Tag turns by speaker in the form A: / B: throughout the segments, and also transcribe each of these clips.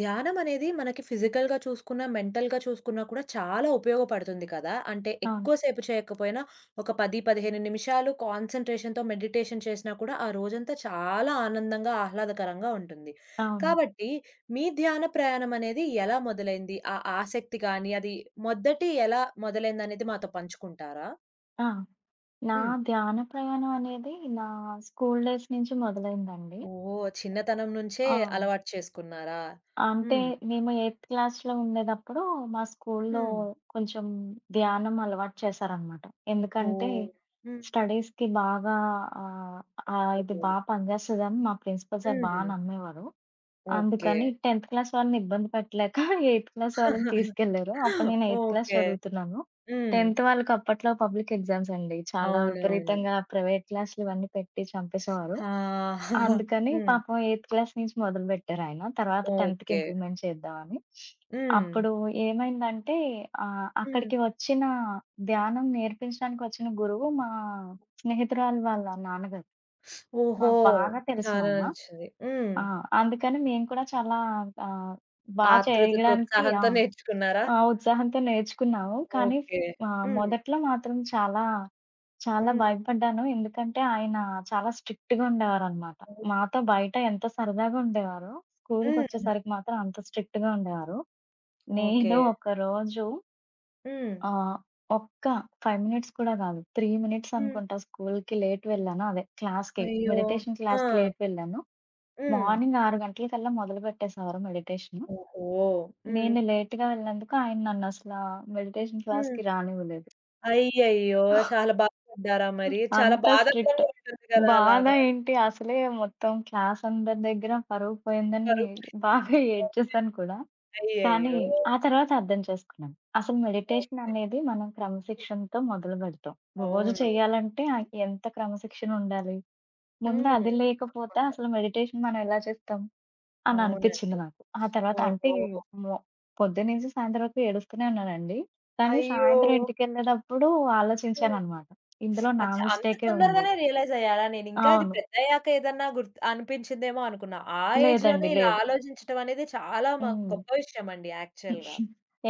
A: ధ్యానం అనేది మనకి ఫిజికల్‌గా చూసుకున్నా, మెంటల్‌గా చూసుకున్నా కూడా చాలా ఉపయోగపడుతుంది కదా! అంటే
B: అవును.
A: ఎక్కువ సేపు చేయకపోయినా ఒక 10, 15 నిమిషాలు కాన్సంట్రేషన్‌తో మెడిటేషన్ చేసినా కూడా ఆ రోజంతా చాలా ఆనందంగా, ఆహ్లాదకరంగా ఉంటుంది.
B: అవును.
A: కాబట్టి మీ ధ్యాన ప్రయాణం అనేది ఎలా మొదలైంది? ఆ ఆసక్తి గాని, అది మొదటి ఎలా మొదలైందనేది మాతో పంచుకుంటారా?
B: ఆ! నా
A: హ్మ్.
B: ధ్యాన ప్రయాణం అనేది నా స్కూల్ డేస్ నుంచి మొదలైందండి.
A: ఓహ్! చిన్నతనం నుంచే
B: ఆ!
A: అలవాటు చేసుకున్నారా?
B: అంటే
A: హ్మ్.
B: మేము ఎయిత్ క్లాస్‌లో ఉండేదప్పుడు మా స్కూల్‌లో
A: హ్మ్.
B: కొంచెం ధ్యానం అలవాటు చేశారనమాట.
A: ఓహో!
B: ఎందుకంటే
A: హ్మ్.
B: స్టడీస్‌కి బాగా ఆహ్, ఆహ్, ఇది
A: అవును.
B: బా పనిచేస్తదని మా ప్రిన్సిపల్ సార్ బా
A: హ్మ్.
B: నమ్మేవారు.
A: ఓకే.
B: అందుకని 10థ్ క్లాస్ వాళ్ళని ఇబ్బంది పెట్టలేక, ఎయిత్ క్లాస్ వాళ్ళని తీసుకెళ్లారు. అప్పుడు నేను ఎయిత్ క్లాస్
A: ఓకే.
B: చదువుతున్నాను.
A: హ్మ్.
B: 10థ్ వాళ్ళకి అప్పట్లో పబ్లిక్ ఎగ్జామ్స్ అండి. చాలా
A: అవునవును.
B: విపరీతంగా ప్రైవేట్ క్లాస్‌లు ఇవన్నీ పెట్టి చంపేసేవారు.
A: ఆ!
B: అందుకని
A: హ్మ్.
B: పాపం ఎయిత్ క్లాస్ నుంచి మొదలుపెట్టారాయన. తర్వాత 10థ్‌కి
A: ఓకే.
B: ఇంప్లిమెంట్ చేద్దామని.
A: హ్మ్.
B: అప్పుడు ఏమైందంటే
A: హ్మ్.
B: అక్కడికి వచ్చిన ధ్యానం నేర్పించడానికి వచ్చిన గురువు మా స్నేహితురాలు వాళ్ళ నాన్నగారు.
A: ఓహో!
B: మాకు బాగా
A: చాలా
B: తెలిసినాయన.
A: నచ్చింది. హ్మ్.
B: ఆ! అందుకని మేము కూడా చాలా ఆహ్, బా
A: ఆతృతతో,
B: చేయడానికి
A: ఉత్సాహంతో నేర్చుకున్నారా?
B: ఆ ఉత్సాహంతో నేర్చుకున్నాము. కానీ
A: ఓకే. హ్మ్.
B: మొదట్లో మాత్రం చాలా
A: హ్మ్.
B: భయపడ్డాను. ఎందుకంటే ఆయన చాలా స్ట్రిక్ట్‌గా ఉండేవారనమాట. మాతో బయట ఎంత సరదాగా ఉండేవారో,
A: హ్మ్.
B: స్కూలుకొచ్చేసరికి మాత్రం అంత స్ట్రిక్ట్‌గా ఉండేవారు.
A: ఓకే.
B: నేను ఒకరోజు
A: హ్మ్.
B: ఆహ్, ఒక్క 5 మినిట్స్ కూడా కాదు, 3 మినిట్స్
A: హ్మ్.
B: అనుకుంటా స్కూలుకి లేట్ వెళ్ళాను. అదే క్లాస్‌కి
A: అయ్యో!
B: మెడిటేషన్
A: ఆ!
B: క్లాస్‌కి లేట్ వెళ్ళాను.
A: హ్మ్.
B: మార్నింగ్ 6 గంటలకల్లా మొదలుపెట్టేసేవారు మెడిటేషన్.
A: ఓహో! హ్మ్.
B: నేను లేట్‌గా వెళ్ళినందుకు ఆయన నన్నసలా మెడిటేషన్
A: హ్మ్.
B: క్లాస్‌కి రానివ్వలేదు.
A: అయ్యయ్యో! చాలా బాధపడ్డారా మరి? చాలా
B: అంత స్ట్రిక్ట్.
A: బాధాకరంగా ఉంటుంది కదా!
B: బాధ
A: అలాగా.
B: ఏంటి అసలే మొత్తం క్లాస్ అందరి దగ్గర పరువు పోయిందని
A: కరువు
B: బాగా ఏడ్చేసాను కూడా. కానీ
A: అయ్యయ్యో!
B: ఆ తర్వాత అర్థం చేసుకున్నాను. అసలు మెడిటేషన్
A: ఓకే.
B: అనేది మనం క్రమశిక్షణతో మొదలుపెడతాం. రోజు
A: అవునవును.
B: చేయాలంటే ఎంత క్రమశిక్షణ ఉండాలి. ముందు
A: హ్మ్.
B: అది లేకపోతే
A: తప్పకుండా.
B: అసలు మెడిటేషన్ మనం ఎలా చేస్తాం? అని
A: అవునండి.
B: అనిపిచ్చింది నాకు. ఆ తర్వాత అంటే
A: ఓహో!
B: మొ పొద్దున్నుంచి సాయంత్రం వరకు ఏడుస్తూనే ఉన్నానండి. కానీ
A: అయ్యో!
B: సాయంత్రం ఇంటికెళ్ళేటప్పుడు
A: హ్మ్.
B: ఆలోచించాననమాట. ఇందులో నా
A: అచ్చా! అంత
B: మిస్టేకే ఉంది.
A: తొందరగానే రియలైజ్ అయ్యారా? నేనింకా ఇది
B: అవును.
A: పెద్దయ్యాక ఏదన్నా గుర్తు అనిపించిందేమో అనుకున్నా. ఆ ఏజ్‌లోనే
B: లేదండి.
A: ఇలా
B: లేదు.
A: ఆలోచించటం అనేది చాలా
B: హ్మ్.
A: గొప్ప విషయం అండి యాక్చువల్‌గా.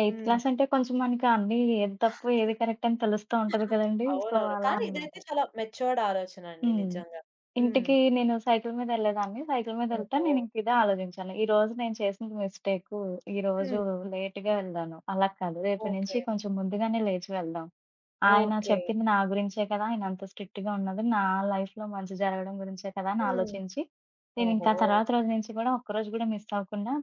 B: ఎయిత్
A: హ్మ్.
B: క్లాస్ అంటే కొంచెం మనకి అన్నీ ఏది తప్పు, ఏది కరెక్ట్ అని తెలుస్తూ ఉంటది కదండీ! సో,
A: అవునవును.
B: అలా
A: కానీ
B: అనమాట.
A: ఇదైతే చాలా మెచ్యూర్డ్ ఆలోచన అండి
B: హ్మ్.
A: నిజంగా. హ్మ్.
B: ఇంటికి నేను సైకిల్ మీద ఎళ్ళేదాన్ని. సైకిల్ మీద ఎళ్తే
A: ఓహో!
B: నేను ఇంక ఇదే ఆలోచించాను. ఈరోజు నేను చేసింది మిస్టేకు. ఈరోజు
A: హ్మ్.
B: లేట్‌గా వెళ్ళాను. అలా కాదు. రేపటి నుంచి
A: ఓకే.
B: కొంచెం ముందుగానే లేచి వెళ్దాం. ఆయన
A: ఓకే.
B: చెప్పింది నా గురించే కదా! ఆయనంత స్ట్రిక్ట్‌గా ఉన్నది. నా లైఫ్‌లో మంచి జరగడం గురించే కదా! అని
A: హ్మ్.
B: ఆలోచించి,
A: ఓహో!
B: నేనింకా తర్వాత రోజు నుంచి గూడా ఒక్కరోజు గూడా మిస్ అవ్వకుండా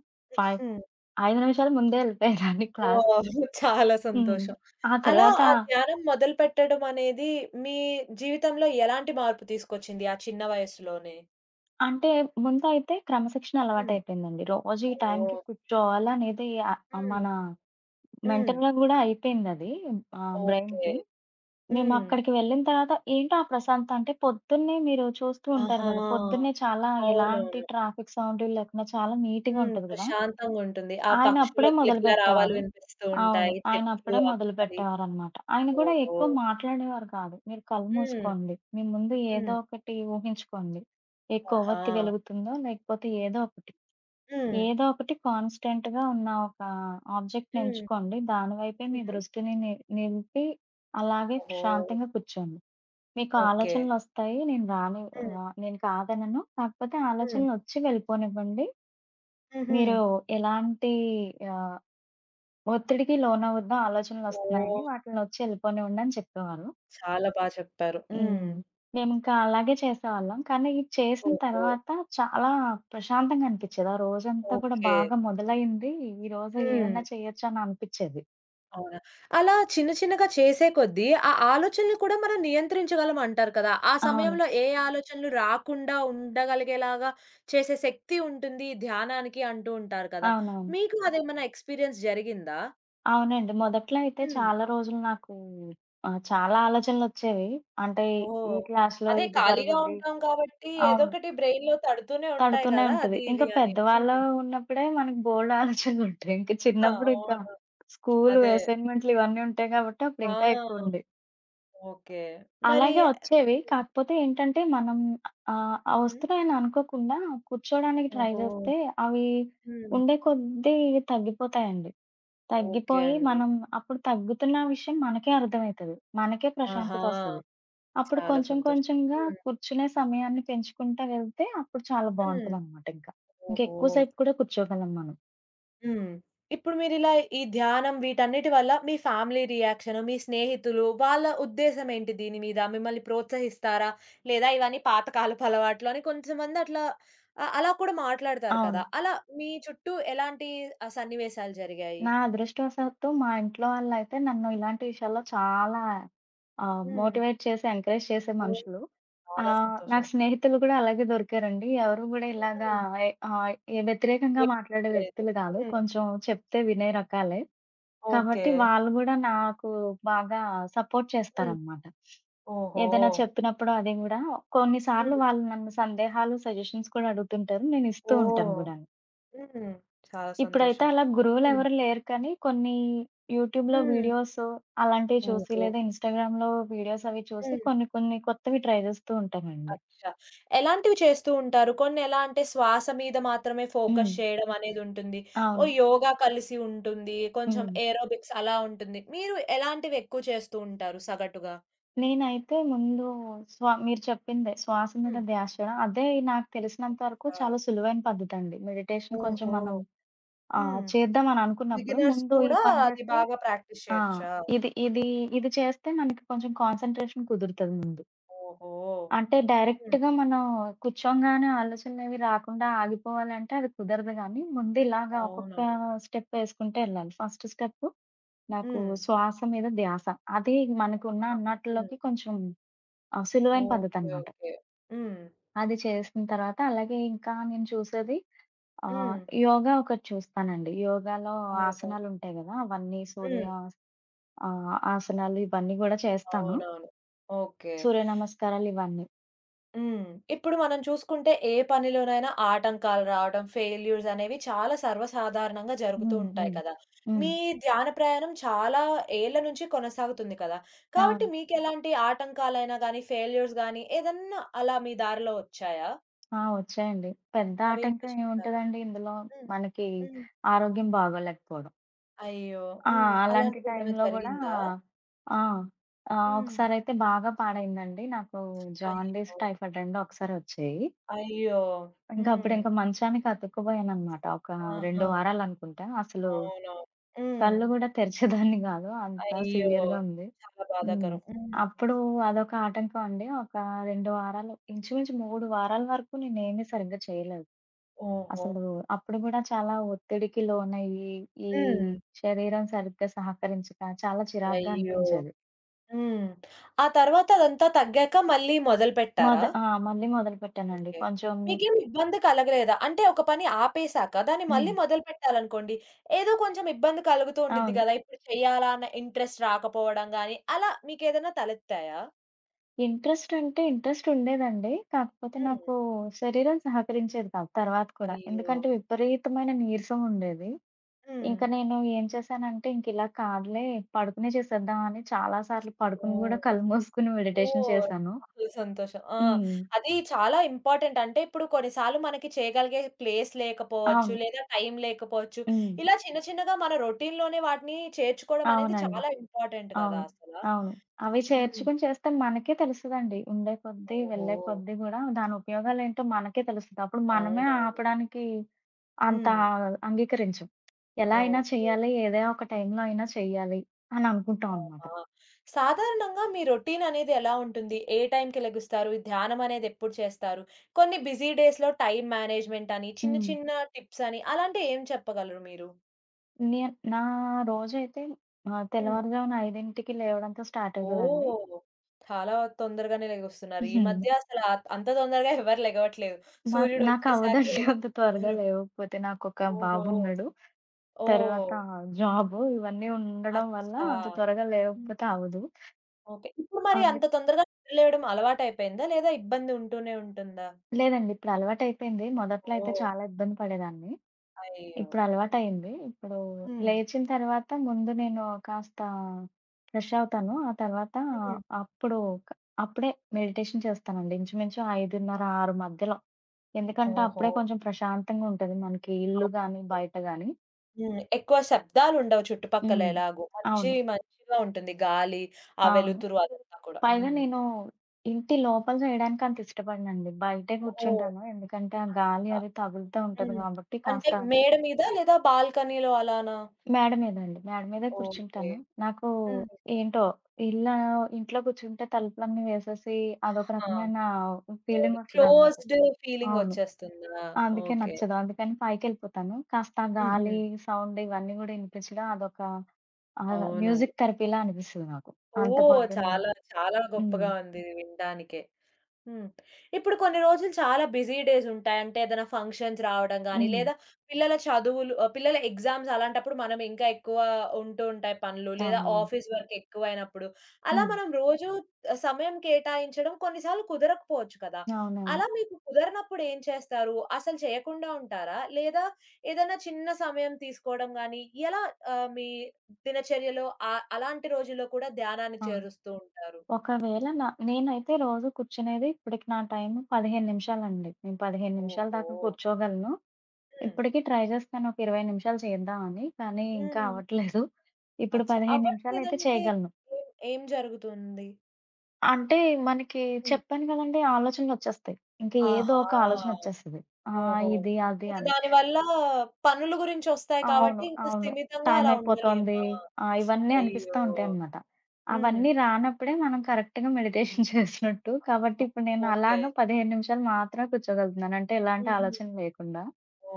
B: 5,
A: హ్మ్.
B: 5 నిమిషాలు ముందే ఎళ్ళిపోయేదాన్ని
A: ఓహ్!
B: క్లాస్‌కి.
A: చాలా
B: హ్మ్.
A: సంతోషం.
B: ఆ
A: అలా
B: తర్వాత
A: ఆ ధ్యానం మొదలుపెట్టడం అనేది మీ జీవితంలో ఎలాంటి మార్పు తీసుకొచ్చింది ఆ చిన్న వయస్సులోనే?
B: అంటే ముందయితే క్రమశిక్షణ
A: హ్మ్.
B: అలవాటయిపోయిందండి. రోజు ఈ టైంకి
A: ఓహ్!
B: కూర్చోవాలనేది
A: హ్మ్.
B: మన
A: హ్మ్.
B: మెంటల్‌గా గూడా అయిపోయిందది
A: ఓకే.
B: బ్రెయిన్‌కి.
A: హ్మ్.
B: మేమక్కడికి వెళ్ళిన తర్వాత ఏంటో ఆ ప్రశాంతత? అంటే పొద్దున్నే మీరు చూస్తూ ఉంటారు
A: ఆహా!
B: గదా! పొద్దున్నే చాలా ఎలాంటి
A: అవునవును.
B: ట్రాఫిక్ సౌండ్‌లు లేకుండా చాలా నీట్‌గా
A: హ్మ్.
B: ఉంటది గదా!
A: ప్రశాంతంగుంటుంది. ఆ
B: ఆయన
A: పక్షుల
B: అప్పుడే
A: కిలకిల రావాలు
B: మొదలుపెట్టేవారు.
A: వినిపిస్తూ
B: అవును.
A: ఉంటాయి.
B: ఆయన
A: చెట్లు
B: అప్పుడే
A: ఆ గాలి.
B: మొదలుపెట్టేవారనమాట. ఆయన గూడా
A: ఓహో!
B: ఎక్కువ మాట్లాడేవారు కాదు. మీరు కళ్ళు
A: హ్మ్.
B: మూసుకోండి. మీ ముందు ఏదో
A: హ్మ్.
B: ఒకటి ఊహించుకోండి. ఏ
A: ఆహా!
B: కొవ్వొత్తి వెలుగుతుందో లేకపోతే ఏదో ఒకటి.
A: హ్మ్.
B: ఏదో ఒకటి కాన్‌స్టెంట్‌గా ఉన్న ఒక ఆబ్జెక్ట్‌ని
A: హ్మ్.
B: ఎంచుకోండి. దాని వైపే మీ
A: హుహు.
B: దృష్టిని నిలిపి అలాగే
A: ఓహో!
B: ప్రశాంతంగా కూర్చోండి. మీకు
A: ఓకే.
B: ఆలోచనలొస్తాయి. నేను రాని
A: హ్మ్.
B: నేను కాదనను. కాకపోతే
A: హ్మ్.
B: ఆలోచనలొచ్చి వెళ్ళిపోనివ్వండి.
A: హుహు.
B: మీరు ఎలాంటి ఆహ్, ఒత్తిడికి లోనవద్దు ఆలోచనలొస్తున్నాయని,
A: ఓహ్!
B: వాటిల్నొచ్చి వెళ్ళిపోనివ్వండి అని చెప్పేవాళ్ళు.
A: చాలా బా చెప్పారు. హ్మ్.
B: హ్మ్. మేమింకా అలాగే చేసేవాళ్ళం. కానీ ఇది చేసిన
A: ఓహో!
B: తర్వాత చాలా ప్రశాంతంగా అనిపిచ్చేది. ఆ రోజంతా కూడా
A: ఓకే.
B: బాగా మొదలైంది. ఈరోజు
A: హ్మ్.
B: ఏమన్నా చేయొచ్చు అని అనిపిచ్చేది.
A: అవునా! అలా చిన్న చిన్నగా చేసే కొద్దీ ఆ ఆలోచనలు కూడా మనం నియంత్రించగలం అంటారు కదా! ఆ
B: అవును.
A: సమయంలో ఏ ఆలోచనలు రాకుండా ఉండగలిగేలాగా చేసే శక్తి ఉంటుంది ధ్యానానికి అంటూ ఉంటారు కదా!
B: అవునవును.
A: మీకు అదేమన్నా ఎక్స్‌పీరియన్స్ జరిగిందా?
B: అవునండి. మొదట్లో అయితే
A: హ్మ్.
B: చాలా రోజులు నాకు చాలా ఆలోచనలొచ్చేవి. అంటే ఈ
A: ఓహ్!
B: క్లాస్‌లో
A: అదే
B: ఇది
A: ఖాళీగా
B: జరుగుద్ది.
A: ఉంటాం కాబట్టి ఏదో
B: అవును.
A: ఒకటి బ్రెయిన్‌లో తడుతూనే ఉంటాయి
B: తడుతూనే
A: కదా!
B: ఉంటది.
A: అది
B: ఇంకా
A: ఇది అని.
B: పెద్దవాళ్ళు
A: హ్మ్.
B: ఉన్నప్పుడే మనకు బోలెడు ఆలోచనలుంటాయి. ఇంక చిన్నప్పుడు ఇంకా
A: అవును.
B: స్కూలు,
A: అదే.
B: అసైన్‌మెంట్లు ఇవన్నీ ఉంటాయి కాబట్టి అప్పుడు
A: ఆ!
B: ఇంకా ఎక్కువుండేయి.
A: ఓకే. మరి
B: అలాగే వచ్చేవి.
A: హ్మ్.
B: కాకపోతే ఏంటంటే మనం ఆ
A: హుహు.
B: వస్తున్నాయని అనుకోకుండా కూర్చోడానికి ట్రై
A: ఓహో!
B: జేస్తే అవి
A: హ్మ్.
B: ఉండే కొద్దీ తగ్గిపోతాయండి.
A: ఓకే
B: తగ్గిపోయి
A: అండి.
B: మనం అప్పుడు తగ్గుతున్న విషయం మనకే అర్థమైతది. మనకే
A: ఆహా!
B: ప్రశాంతతొస్తది. అప్పుడు
A: చాలా
B: కొంచెం
A: సంతోషం.
B: కొంచెంగా
A: హ్మ్.
B: కూర్చునే సమయాన్ని పెంచుకుంటా వెళ్తే అప్పుడు చాలా
A: హ్మ్.
B: బావుంటదనమాట ఇంకా. ఇంకెక్కువ
A: ఓహో!
B: సేపు కూడా కూర్చోగలం మనం.
A: హ్మ్. ఇప్పుడు మీరిలా ఈ ధ్యానం వీటన్నిటి వల్ల మీ ఫ్యామిలీ రియాక్షన్, మీ స్నేహితులు వాళ్ళ ఉద్దేశ్యం ఏంటి దీని మీద? మిమ్మల్ని ప్రోత్సహిస్తారా? లేదా ఇవన్నీ పాతకాలపు అలవాట్లు అని కొంతమంది అట్లా అలా కూడా మాట్లాడతారు కదా!
B: అవును.
A: అలా మీ చుట్టూ ఎలాంటి సన్నివేశాలు జరిగాయి?
B: నా అదృష్టవశాత్తు మా ఇంట్లో వాళ్ళైతే నన్ను ఇలాంటి విషయాల్లో చాలా
A: హ్మ్.
B: మోటివేట్ చేసి, ఎంకరేజ్ చేసే
A: ఓహ్!
B: మనుషులు.
A: చాలా సంతోషం.
B: నాకు స్నేహితులు గూడా అలాగే దొరికారండి. ఎవరు గూడా ఇలాగా
A: హ్మ్.
B: ఎ ఆహ్, వ్యతిరేకంగా మాట్లాడే
A: ఏమనలేదు.
B: వ్యక్తులు గాదు.
A: హ్మ్.
B: కొంచెం చెప్తే వినే రకాలే.
A: ఓకే.
B: కాబట్టి వాళ్ళు గూడా నాకు బాగా సపోర్ట్
A: హ్మ్.
B: చేస్తారనమాట.
A: ఓహో!
B: ఏదైనా చెప్పినప్పుడు అది గూడా కొన్నిసార్లు
A: హ్మ్.
B: వాళ్ళు నన్ను సందేహాలు, సజెషన్స్ కూడా అడుగుతుంటారు. నేను ఇస్తూ ఉంటాను
A: ఓహ్!
B: గూడాను.
A: హ్మ్. చాలా
B: ఇప్పుడైతే
A: సంతోషం.
B: అలా
A: హ్మ్.
B: గురువులెవరు లేరు కానీ కొన్ని యూట్యూబ్‌లో
A: హ్మ్.
B: వీడియోస్ అలాంటివి చూసి
A: ఓహో!
B: లేదా ఇన్‌స్టాగ్రామ్‌లో వీడియోస్ అవి చూసి
A: హ్మ్.
B: కొన్ని కొన్ని కొత్తవి ట్రై జేస్తూ ఉంటానండి.
A: అచ్చా! ఎలాంటివి చేస్తూ ఉంటారు? కొన్ని ఎలా అంటే శ్వాస మీద మాత్రమే ఫోకస్
B: హ్మ్.
A: చేయడం అనేదుంటుంది. ఓ
B: అవును.
A: యోగా కలిసి ఉంటుంది. కొంచెం
B: హ్మ్.
A: ఏరోబిక్స్ అలా ఉంటుంది. మీరు ఎలాంటివి ఎక్కువ చేస్తూ ఉంటారు సగటుగా?
B: నేనైతే ముందు మీరు చెప్పిందే శ్వాస మీద
A: హ్మ్.
B: ధ్యాస చేయడం. అదే నాకు తెలిసినంత వరకు
A: ఆ!
B: చాలా సులువైన పద్ధతండి. మెడిటేషన్ కొంచెం
A: ఓహో!
B: మనం
A: హ్మ్.
B: చేద్దామని అనుకున్నప్పుడు
A: బిగినర్స్
B: ముందు ఈ
A: కూడా
B: పని
A: అది
B: జేస్తే
A: బాగా ప్రాక్టీస్
B: ఆ!
A: చేయొచ్చా?
B: ఇది ఇది ఇది చేస్తే మనకి కొంచెం కాన్సంట్రేషన్ కుదురుతది ముందు.
A: ఓహో!
B: అంటే
A: హ్మ్.
B: డైరెక్ట్‌గా మనం కూర్చోంగానే ఆలోచనలవి రాకుండా ఆగిపోవాలంటే అది కుదరదు గానీ, ముందు ఇలాగా ఒక్కొక్క
A: అవునవును.
B: స్టెప్ ఏసుకుంటే ఎళ్ళాలి. ఫస్ట్ స్టెప్ నాకు
A: హ్మ్.
B: శ్వాస మీద ధ్యాస. అది మనకున్న
A: ఆహా! హ్మ్.
B: అన్నట్లోకి కొంచెం సులువైన
A: ఓకే.
B: పద్ధతనమాట.
A: ఓకే. హ్మ్.
B: అది చేసిన తర్వాత అలాగే ఇంకా నేను చూసేది ఆహ్,
A: హ్మ్.
B: యోగా ఒకటి చూస్తానండి. యోగాలో
A: ఓహో!
B: ఆసనాలుంటాయి గదా! అవన్నీ
A: హ్మ్.
B: సూర్య ఆసనాలు ఇవన్నీ గూడా చేస్తాను.
A: అవునవును. ఓకే.
B: సూర్య నమస్కారాలు ఇవన్నీ.
A: హ్మ్. ఇప్పుడు మనం చూసుకుంటే ఏ పనిలోనైనా ఆటంకాలు రావడం, ఫెయిల్యూర్స్ అనేవి చాలా సర్వసాధారణంగా జరుగుతూ
B: హ్మ్.
A: ఉంటాయి
B: హ్మ్.
A: కదా!
B: హ్మ్.
A: మీ ధ్యాన ప్రయాణం చాలా ఏళ్ల నుంచి కొనసాగుతుంది కదా! కాబట్టి
B: అవును.
A: మీకెలాంటి ఆటంకాలైనా గానీ, ఫెయిల్యూర్స్ గానీ ఏదన్నా అలా మీ దారిలో వచ్చాయా?
B: వచ్చాయండి. పెద్ద
A: అవేంటో
B: ఆటంకం
A: చెప్తారా?
B: ఏముంటదండి ఇందులో
A: హ్మ్.
B: మనకి
A: హ్మ్.
B: ఆరోగ్యం బాగోలేకపోవడం.
A: అయ్యో!
B: ఆ!
A: హ్మ్.
B: అలాంటి
A: అలాంటిదేమైనా
B: టైంలో గూడా ఆ!
A: జరిగిందా?
B: ఆ!
A: హ్మ్.
B: ఒకసారయితే బాగా పాడైందండి. నాకు జాండీస్,
A: అయ్యో!
B: టైఫాయిడ్ 2 ఒకసారే వచ్చాయి.
A: అయ్యో!
B: ఇంకా
A: హ్మ్.
B: అప్పుడింక మంచానికి అతుక్కుపోయాననమాట. ఒక
A: ఆహా!
B: 2 వారాలనుకుంటా. అసలు
A: అవునవును. హ్మ్.
B: కళ్ళు గూడా తెరిచేదాన్ని గాదు. అంత
A: అయ్యో!
B: సివియర్‌గా ఉంది.
A: చాలా
B: హ్మ్.
A: బాధాకరం. హ్మ్.
B: అప్పుడు అదొక ఆటంకం అండి. ఒక 2 వారాలు ఇంచుమించు 3 వారాల వరకు నేనేమి సరిగ్గా చేయలేదు.
A: ఓహో!
B: అసలు అప్పుడు గూడా చాలా ఒత్తిడికి లోనయ్యి, ఈ
A: హ్మ్.
B: శరీరం సరిగ్గా సహకరించక చాలా చిరాకుగా
A: అయ్యో!
B: అనిపించేది.
A: హ్మ్. ఆ తర్వాత అదంతా తగ్గాక మళ్ళీ
B: మొద
A: మొదలుపెట్టారా?
B: ఆ! మళ్ళీ మొదలుపెట్టానండి.
A: ఓకే.
B: కొంచెం
A: మీకేమి ఇబ్బంది కలగలేదా? అంటే ఒక పని ఆపేసాక దాన్ని
B: హ్మ్.
A: మళ్ళీ మొదలుపెట్టాలనుకోండి, ఏదో కొంచెం ఇబ్బంది కలుగుతూ ఉండిద్ది
B: అవును.
A: కదా! ఇప్పుడు చేయాలా అన్న ఇంట్రెస్ట్ రాకపోవడం గాని, అలా మీకేదైనా తలెత్తాయా?
B: ఇంట్రెస్ట్ అంటే ఇంట్రెస్ట్ ఉండేదండి. కాకపోతే
A: హ్మ్.
B: నాకు శరీరం సహకరించేది కాదు తర్వాత కూడా.
A: అయ్యో!
B: ఎందుకంటే విపరీతమైన నీరసం ఉండేది.
A: హ్మ్.
B: ఇంక నేను ఏం చేశానంటే ఇంకిలా కాదులే పడుకునే చేసేద్దాం అని చాలా సార్లు పడుకుని
A: ఓహ్!
B: గూడా కళ్ళు మూసుకొని మెడిటేషన్
A: ఓహ్!
B: చేశాను.
A: చాలా సంతోషం. ఆ!
B: హ్మ్.
A: అది చాలా ఇంపార్టెంట్. అంటే ఇప్పుడు కొన్నిసార్లు మనకి చేయగలిగే ప్లేస్ లేకపోవచ్చు,
B: అవును.
A: లేదా టైం లేకపోవచ్చు.
B: హ్మ్.
A: ఇలా చిన్న చిన్నగా మన రొటీన్‌లోనే వాటిని చేర్చుకోవడం అనేది
B: అవునండి.
A: చాలా ఇంపార్టెంట్ కదా
B: అవును.
A: అసల.
B: అవును. అవి
A: హ్మ్.
B: చేర్చుకొని చేస్తే మనకే తెలుస్తదండి. ఉండే కొద్దీ,
A: ఓహో!
B: వెళ్ళే కొద్దీ గూడా దాని ఉపయోగాలేంటో మనకే తెలుస్తది. అప్పుడు మనమే
A: అవునవును.
B: ఆపడానికి అంత
A: హ్మ్.
B: అంగీకరించం. ఎలా అయినా
A: ఓకే.
B: చేయాలి, ఏదో ఒక టైంలో అయినా చెయ్యాలి అని అనుకుంటాం అనమాట.
A: ఆహా! సాధారణంగా మీ రొటీన్ అనేది ఎలా ఉంటుంది? ఏ టైంకి లెగుస్తారు? ధ్యానం అనేది ఎప్పుడు చేస్తారు? కొన్ని బిజీ డేస్‌లో టైమ్ మేనేజ్‌మెంట్ అని, చిన్న
B: హ్మ్.
A: చిన్న టిప్స్ అని అలాంటివి ఏం చెప్పగలరు మీరు?
B: నే నా రోజైతే
A: హ్మ్.
B: తెల్లవారుజామున 5కి లేవడంతో స్టార్ట్ అవుతదండి.
A: ఓహ్! చాలా తొందరగానే లెగొస్తున్నారు. ఈ
B: హ్మ్.
A: మధ్య అసల అంత తొందరగా ఎవరు లెగవట్లేదు.
B: మా
A: సూర్యుడొచ్చేసాకే
B: నాకవ్వదండి అంత త్వరగా
A: లెగుస్తున్నారు.
B: లేవకపోతే. నాకొక
A: ఓహో!
B: బాబున్నాడు.
A: ఓహ్!
B: తర్వాత జాబు
A: హ్మ్.
B: ఇవన్నీ ఉండడం వల్ల
A: అచ్చా!
B: అంత త్వరగా
A: హ్మ్.
B: లేవకపోతే అవ్వదు.
A: ఓకే. ఇప్పుడు మరి అంత
B: అందుక్
A: తొందరగా నిద్రలేవడం అలవాటయిపోయిందా? లేదా ఇబ్బంది ఉంటూనే ఉంటుందా?
B: లేదండి ఇప్పుడు అలవాటయిపోయింది. మొదట్లో అయితే
A: ఓహ్!
B: చాలా ఇబ్బంది పడేదాన్ని.
A: అయ్యో!
B: ఇప్పుడు అలవాటయింది. ఇప్పుడు
A: హ్మ్.
B: లేచిన తర్వాత ముందు నేను కాస్త ఫ్రెష్ అవుతాను. ఆ తర్వాత
A: హ్మ్.
B: అప్పుడు క అప్పుడే మెడిటేషన్ చేస్తానండి. ఇంచుమించు 5:30, 6 మధ్యలో. ఎందుకంటే
A: ఓహో!
B: అప్పుడే కొంచెం ప్రశాంతంగా ఉంటది. మనకి ఇల్లు గాని,
A: అవునవును.
B: బయట గాని.
A: హ్మ్. ఎక్కువ శబ్దాలుండవు చుట్టుపక్కల
B: హ్మ్.
A: ఎలాగో. మంచి
B: అవును.
A: మంచిగా ఉంటుంది. గాలి, ఆ
B: అవును.
A: వెలుతురు హ్మ్. అదంతా కూడా.
B: పైగా
A: హ్మ్.
B: నేను ఇంటి లోపల చేయడానికి అంత ఇష్టపడనండి. బయటే
A: ఓహో!
B: కూర్చుంటాను. ఎందుకంటే ఆ గాలి
A: అచ్చా!
B: అది తగులుతూ ఉంటది
A: హ్మ్.
B: కాబట్టి
A: అంటే
B: కాస్త
A: మేడ మీద లేదా బాల్కనీలో అలానా?
B: మేడ మీదండి. మేడ మీదే
A: ఓకే.
B: కూర్చుంటాను. నాకు
A: హ్మ్.
B: ఏంటో ఇల్లా ఇంట్లో కూర్చుంటే తలుపులన్నీ వేసేసి అదొక
A: ఆ!
B: రకమైన
A: అవును.
B: ఫీలింగొస్తదనమాట.
A: క్లోజ్డ్ ఫీలింగ్
B: అవును.
A: వచ్చేస్తుందా?
B: అందుకే
A: ఓకే.
B: నచ్చదు. అందుకని పైకెళ్ళిపోతాను. కాస్త ఆ
A: హుహు.
B: గాలి, సౌండ్ ఇవన్నీ గూడా ఇనిపించడం అదొక
A: అవునవును.
B: మ్యూజిక్ థెరపీలా అనిపిస్తది నాకు. అంత
A: ఓహ్!
B: పొద్దున్నే.
A: చాలా చాలా
B: హ్మ్.
A: గొప్పగా ఉంది ఇది వినడానికే. హ్మ్. ఇప్పుడు కొన్ని రోజులు చాలా బిజీ డేస్ ఉంటాయి. అంటే ఏదైనా ఫంక్షన్స్ రావడం గాని,
B: హ్మ్.
A: లేదా పిల్లల చదువులు పిల్లల ఎగ్జామ్స్ అలాంటప్పుడు మనం ఇంకా ఎక్కువ ఉంటూ ఉంటాయి పనులు. లేదా
B: అవునవును.
A: ఆఫీస్ వర్క్ ఎక్కువైనప్పుడు. అలా
B: హ్మ్.
A: మనం రోజు సమయం కేటాయించడం కొన్నిసార్లు కుదరకపోవచ్చు కదా!
B: అవునవును.
A: అలా మీకు కుదరనప్పుడు ఏం చేస్తారు? అసలు చేయకుండా ఉంటారా? లేదా ఏదైనా చిన్న సమయం తీసుకోవడం గాని, ఎలా మీ దినచర్యలో అలాంటి రోజుల్లో కూడా ధ్యానాన్ని
B: ఆ!
A: చేరుస్తూ ఉంటారు?
B: ఒకవేళ నేనైతే రోజు కూర్చునేది ఇప్పటికి నా టైము 15 నిమిషాలండి. నేను 15 నిమిషాల
A: ఓహో!
B: దాకా కూర్చోగలను.
A: హ్మ్.
B: ఇప్పటికి ట్రై చేస్తాను. ఒక 20 నిమిషాలు చేద్దామని. కానీ ఇంకా
A: హ్మ్.
B: అవ్వట్లేదు. ఇప్పుడు
A: అచ్చా!
B: 15 నిమిషాలయితే
A: అవ్వట్లేదంటే
B: చేయగలను.
A: ఏం ఏం జరుగుతుంది?
B: అంటే మనకి
A: హ్మ్.
B: చెప్పాను కదండీ! ఆలోచనలొచ్చేస్తాయి. ఇంక ఏదో
A: ఆహా!
B: ఒక ఆలోచనొచ్చేస్తది. ఆ!
A: ఓహో!
B: ఇది, అది
A: ఇంక
B: అని.
A: దానివల్ల పనుల గురించొస్తాయి కాబట్టి
B: అవును.
A: ఇంక
B: అవును.
A: స్థిమితంగా
B: టైం
A: అలా
B: అయిపోతోంది.
A: ఉండలేమా?
B: ఇవన్నీ
A: అయ్యో!
B: అనిపిస్తా ఉంటాయనమాట.
A: హ్మ్.
B: అవన్నీ రానప్పుడే మనం కరెక్ట్‌గా మెడిటేషన్ చేసినట్టు. కాబట్టి
A: ఆహా!
B: ఇప్పుడు నేను
A: ఓకే.
B: అలాగా 15 నిమిషాలు మాత్రమే కూర్చోగలుగుతున్నాను. అంటే ఎలాంటి
A: హుహు.
B: ఆలోచన లేకుండా.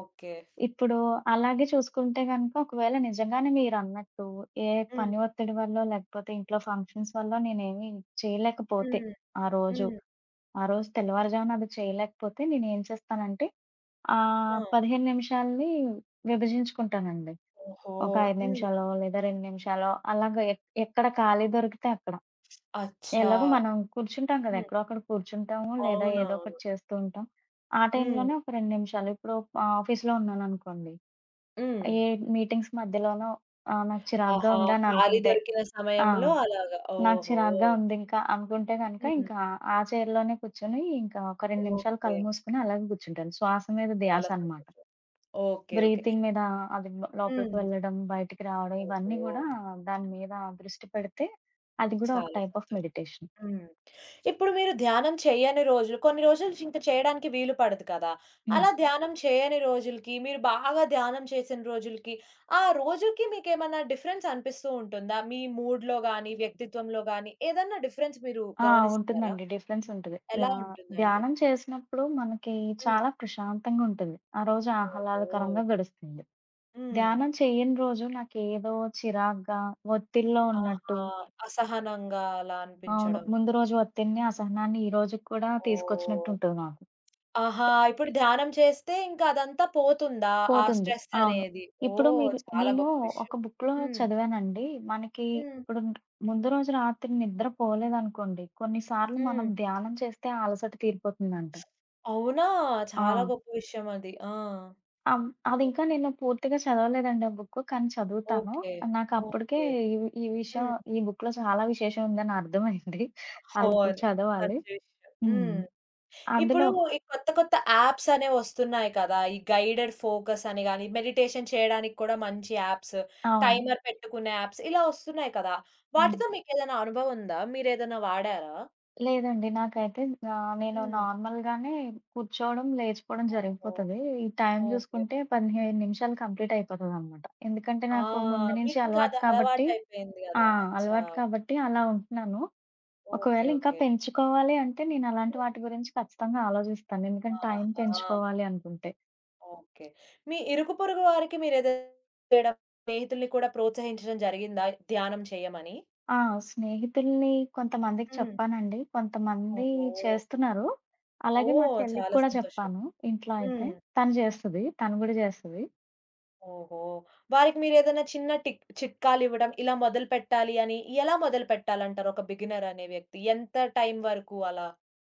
A: ఓకే.
B: ఇప్పుడు అలాగే చూసుకుంటే గనుక ఒకవేళ నిజంగానే మీరన్నట్టు ఏ
A: హ్మ్.
B: పని ఒత్తిడి వల్లో, లేకపోతే ఇంట్లో ఫంక్షన్స్ వల్లో నేనేమి చేయలేకపోతే
A: హ్మ్.
B: ఆ రోజు,
A: హ్మ్.
B: ఆ రోజు తెల్లవారుజామున అది చేయలేకపోతే నేనేం చేస్తానంటే,
A: ఆ!
B: 15 నిమిషాల్ని విభజించుకుంటానండి.
A: ఓహో!
B: ఒక 5
A: హ్మ్.
B: నిమిషాలో, లేదా 2 నిమిషాలో అలాగా ఎక్కడ ఖాళీ దొరికితే అక్కడ.
A: అచ్చా!
B: ఎలాగో మనం కూర్చుంటాం కదా!
A: హ్మ్.
B: ఎక్కడో అక్కడ కూర్చుంటాము, లేదా
A: అవునవును.
B: ఏదో ఒకటి చేస్తూ ఉంటాం. ఆ
A: హ్మ్.
B: టైంలోనే ఒక 2 నిమిషాలు ఇప్పుడు ఆఫీస్‌లో ఉన్నాననుకోండి
A: హ్మ్.
B: ఏ మీటింగ్స్ మధ్యలోనో నాకు చిరాకుగా
A: ఆహా!
B: ఉందని
A: ఖాళీ
B: అనుకుంటే
A: దొరికిన
B: ఆ!
A: సమయంలో అలాగా.
B: నాకు
A: ఓహో!
B: చిరాకుగా ఉందింకా అనుకుంటే గనక
A: హ్మ్.
B: ఇంకా ఆ చైర్‌లోనే కూర్చొని ఇంకా ఒక 2 నిమిషాలు
A: ఓకే.
B: కళ్ళు మూసుకొని అలాగే కూర్చుంటాను. శ్వాస మీద
A: చాలా
B: ధ్యాస అనమాట.
A: సంతోషం. ఓకే. ఓకే.
B: బ్రీతింగ్ మీద అది లోపలికి
A: హ్మ్.
B: వెళ్ళడం, బయటికి రావడం ఇవన్నీ
A: ఓహో!
B: గూడా దాని మీద దృష్టి పెడితే అది గూడా ఒక
A: చాలా
B: టైప్ ఆఫ్
A: సంతోషం.
B: మెడిటేషన్.
A: హ్మ్. ఇప్పుడు మీరు ధ్యానం చేయని రోజులు కొన్ని రోజులు ఇంక చేయడానికి వీలు పడదు కదా!
B: హ్మ్.
A: అలా ధ్యానం చేయని రోజులకి, మీరు బాగా ధ్యానం చేసిన రోజులకి, ఆ రోజుకి మీకేమన్నా డిఫరెన్స్ అనిపిస్తూ ఉంటుందా? మీ మూడ్‌లో గాని, వ్యక్తిత్వంలో గాని ఏదన్నా డిఫరెన్స్ మీరు
B: ఆ!
A: గమనిస్తారా?
B: ఉంటుందండి. డిఫరెన్స్ ఉంటది.
A: ఎలా
B: ఆహ్,
A: ఉంటుందండి?
B: ధ్యానం చేసినప్పుడు మనకి
A: హ్మ్.
B: చాలా ప్రశాంతంగా ఉంటుంది. ఆ రోజు
A: ఓహో!
B: ఆహ్లాదకరంగా గడుస్తుంది.
A: హ్మ్.
B: ధ్యానం చేయని రోజు నాకేదో చిరాగ్గా, ఒత్తిడిలో ఉన్నట్టు
A: ఆహా! అసహనంగా అలా
B: అవును.
A: అనిపించడం.
B: ముందు రోజు ఒత్తిడిని, అసహనాన్ని ఈ రోజుకి కూడా తీసుకొచ్చినట్టు
A: ఓహ్!
B: ఉంటుంది నాకు.
A: ఆహా! ఇప్పుడు ధ్యానం చేస్తే ఇంక అదంతా పోతుందా? ఆ
B: పోతుంది.
A: స్ట్రెస్
B: అవును.
A: అనేది?
B: ఇప్పుడు
A: ఓహ్!
B: మీరు
A: చాలా
B: నేను
A: గొప్ప
B: ఒక
A: విషయం.
B: బుక్‌లో
A: హ్మ్.
B: చదివానండి. మనకి
A: హ్మ్.
B: ఇప్పుడు ముందు రోజు రాత్రి నిద్ర పోలేదనుకోండి, కొన్ని సార్లు
A: హ్మ్.
B: మనం ధ్యానం చేస్తే ఆ అలసట తీరిపోతుందంట.
A: అవునా?
B: ఆ!
A: చాలా గొప్ప విషయం అది. ఆ!
B: అం అదింకా నేను పూర్తిగా చదవలేదండి ఆ బుక్కు. కానీ చదువుతాను.
A: ఓకే.
B: నాకప్పటికే
A: ఓకే.
B: ఈ విషయం
A: హ్మ్.
B: ఈ బుక్‌లో చాలా విశేషం ఉందని అర్థమైంది. అదిప్పుడు
A: అవును.
B: చదవాలి.
A: మంచి విషయం.
B: హ్మ్.
A: హ్మ్. ఇప్పుడు
B: అందులో
A: ఈ కొత్త కొత్త యాప్స్ అనేవి వస్తున్నాయి కదా! ఈ గైడెడ్ ఫోకస్ అని గాని, మెడిటేషన్ చేయడానికి కూడా మంచి యాప్స్,
B: అవును.
A: టైమర్ పెట్టుకునే యాప్స్ ఇలా వస్తున్నాయి కదా!
B: హ్మ్.
A: వాటితో మీకేదైనా అనుభవం ఉందా? మీరేదైనా వాడారా?
B: లేదండి. నాకైతే నేను
A: హ్మ్.
B: నార్మల్‌గానే కూర్చోవడం, లేచిపోవడం
A: ఓహో!
B: జరిగిపోతది. ఈ టైం
A: ఓకే.
B: చూసుకుంటే 15 నిమిషాలు కంప్లీట్ అయిపోతదనమాట. ఎందుకంటే
A: ఆ!
B: నాకు ముందు నుంచి
A: మీకింకా
B: అలవాటు
A: అది
B: కాబట్టి
A: అలవాటయిపోయింది
B: ఆ!
A: గదా! అచ్చా!
B: అలవాటు కాబట్టి అలా ఉంటున్నాను.
A: ఓకే.
B: ఒకవేళ ఇంకా
A: ఓకే.
B: పెంచుకోవాలి అంటే నేనలాంటి వాటి గురించి ఖచ్చితంగా ఆలోచిస్తాను. ఎందుకంటే టైం
A: ఆహా!
B: పెంచుకోవాలి అనుకుంటే.
A: ఓకే. మీ ఇరుగు పొరుగు వారికి మీరేదైనా చేయడం స్నేహితుల్ని కూడా ప్రోత్సహించడం జరిగిందా ధ్యానం చేయమని?
B: ఆ! స్నేహితుల్ని కొంతమందికి
A: హ్మ్.
B: చెప్పానండి. కొంతమంది
A: ఓహో!
B: చేస్తున్నారు. అలాగే మా
A: ఓహ్!
B: చెల్లికి
A: చాలా
B: కూడా
A: సంతోషం.
B: చెప్పాను. ఇంట్లో అయితే
A: హ్మ్.
B: తను చేస్తది. తను గూడా చేస్తది.
A: ఓహో! వారికి మీరేదైనా చిన్న చిట్కాలివ్వడం ఇలా మొదలుపెట్టాలి అని ఎలా మొదలుపెట్టాలంటారు? ఒక బిగినర్ అనే వ్యక్తి ఎంత టైం వరకు అలా?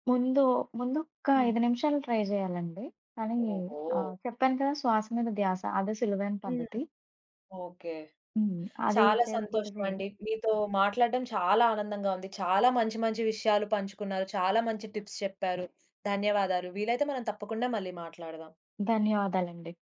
B: ముందు ముందు ఒక్క
A: హ్మ్.
B: 5 నిమిషాలు ట్రై చేయాలండి. కానీ
A: ఓహో!
B: చెప్పాను కదా! శ్వాస మీద ధ్యాస అదే సులువైన
A: హ్మ్.
B: పద్ధతి.
A: ఓకే.
B: హ్మ్. అది
A: చాలా
B: చేసుకుంటూ చేయాలి.
A: సంతోషమండి. మీతో మాట్లాడడం చాలా ఆనందంగా ఉంది. చాలా మంచి మంచి విషయాలు పంచుకున్నారు. చాలా మంచి టిప్స్ చెప్పారు. ధన్యవాదాలు. వీలైతే మనం తప్పకుండా మళ్ళీ మాట్లాడదాం.
B: ధన్యవాదాలండి.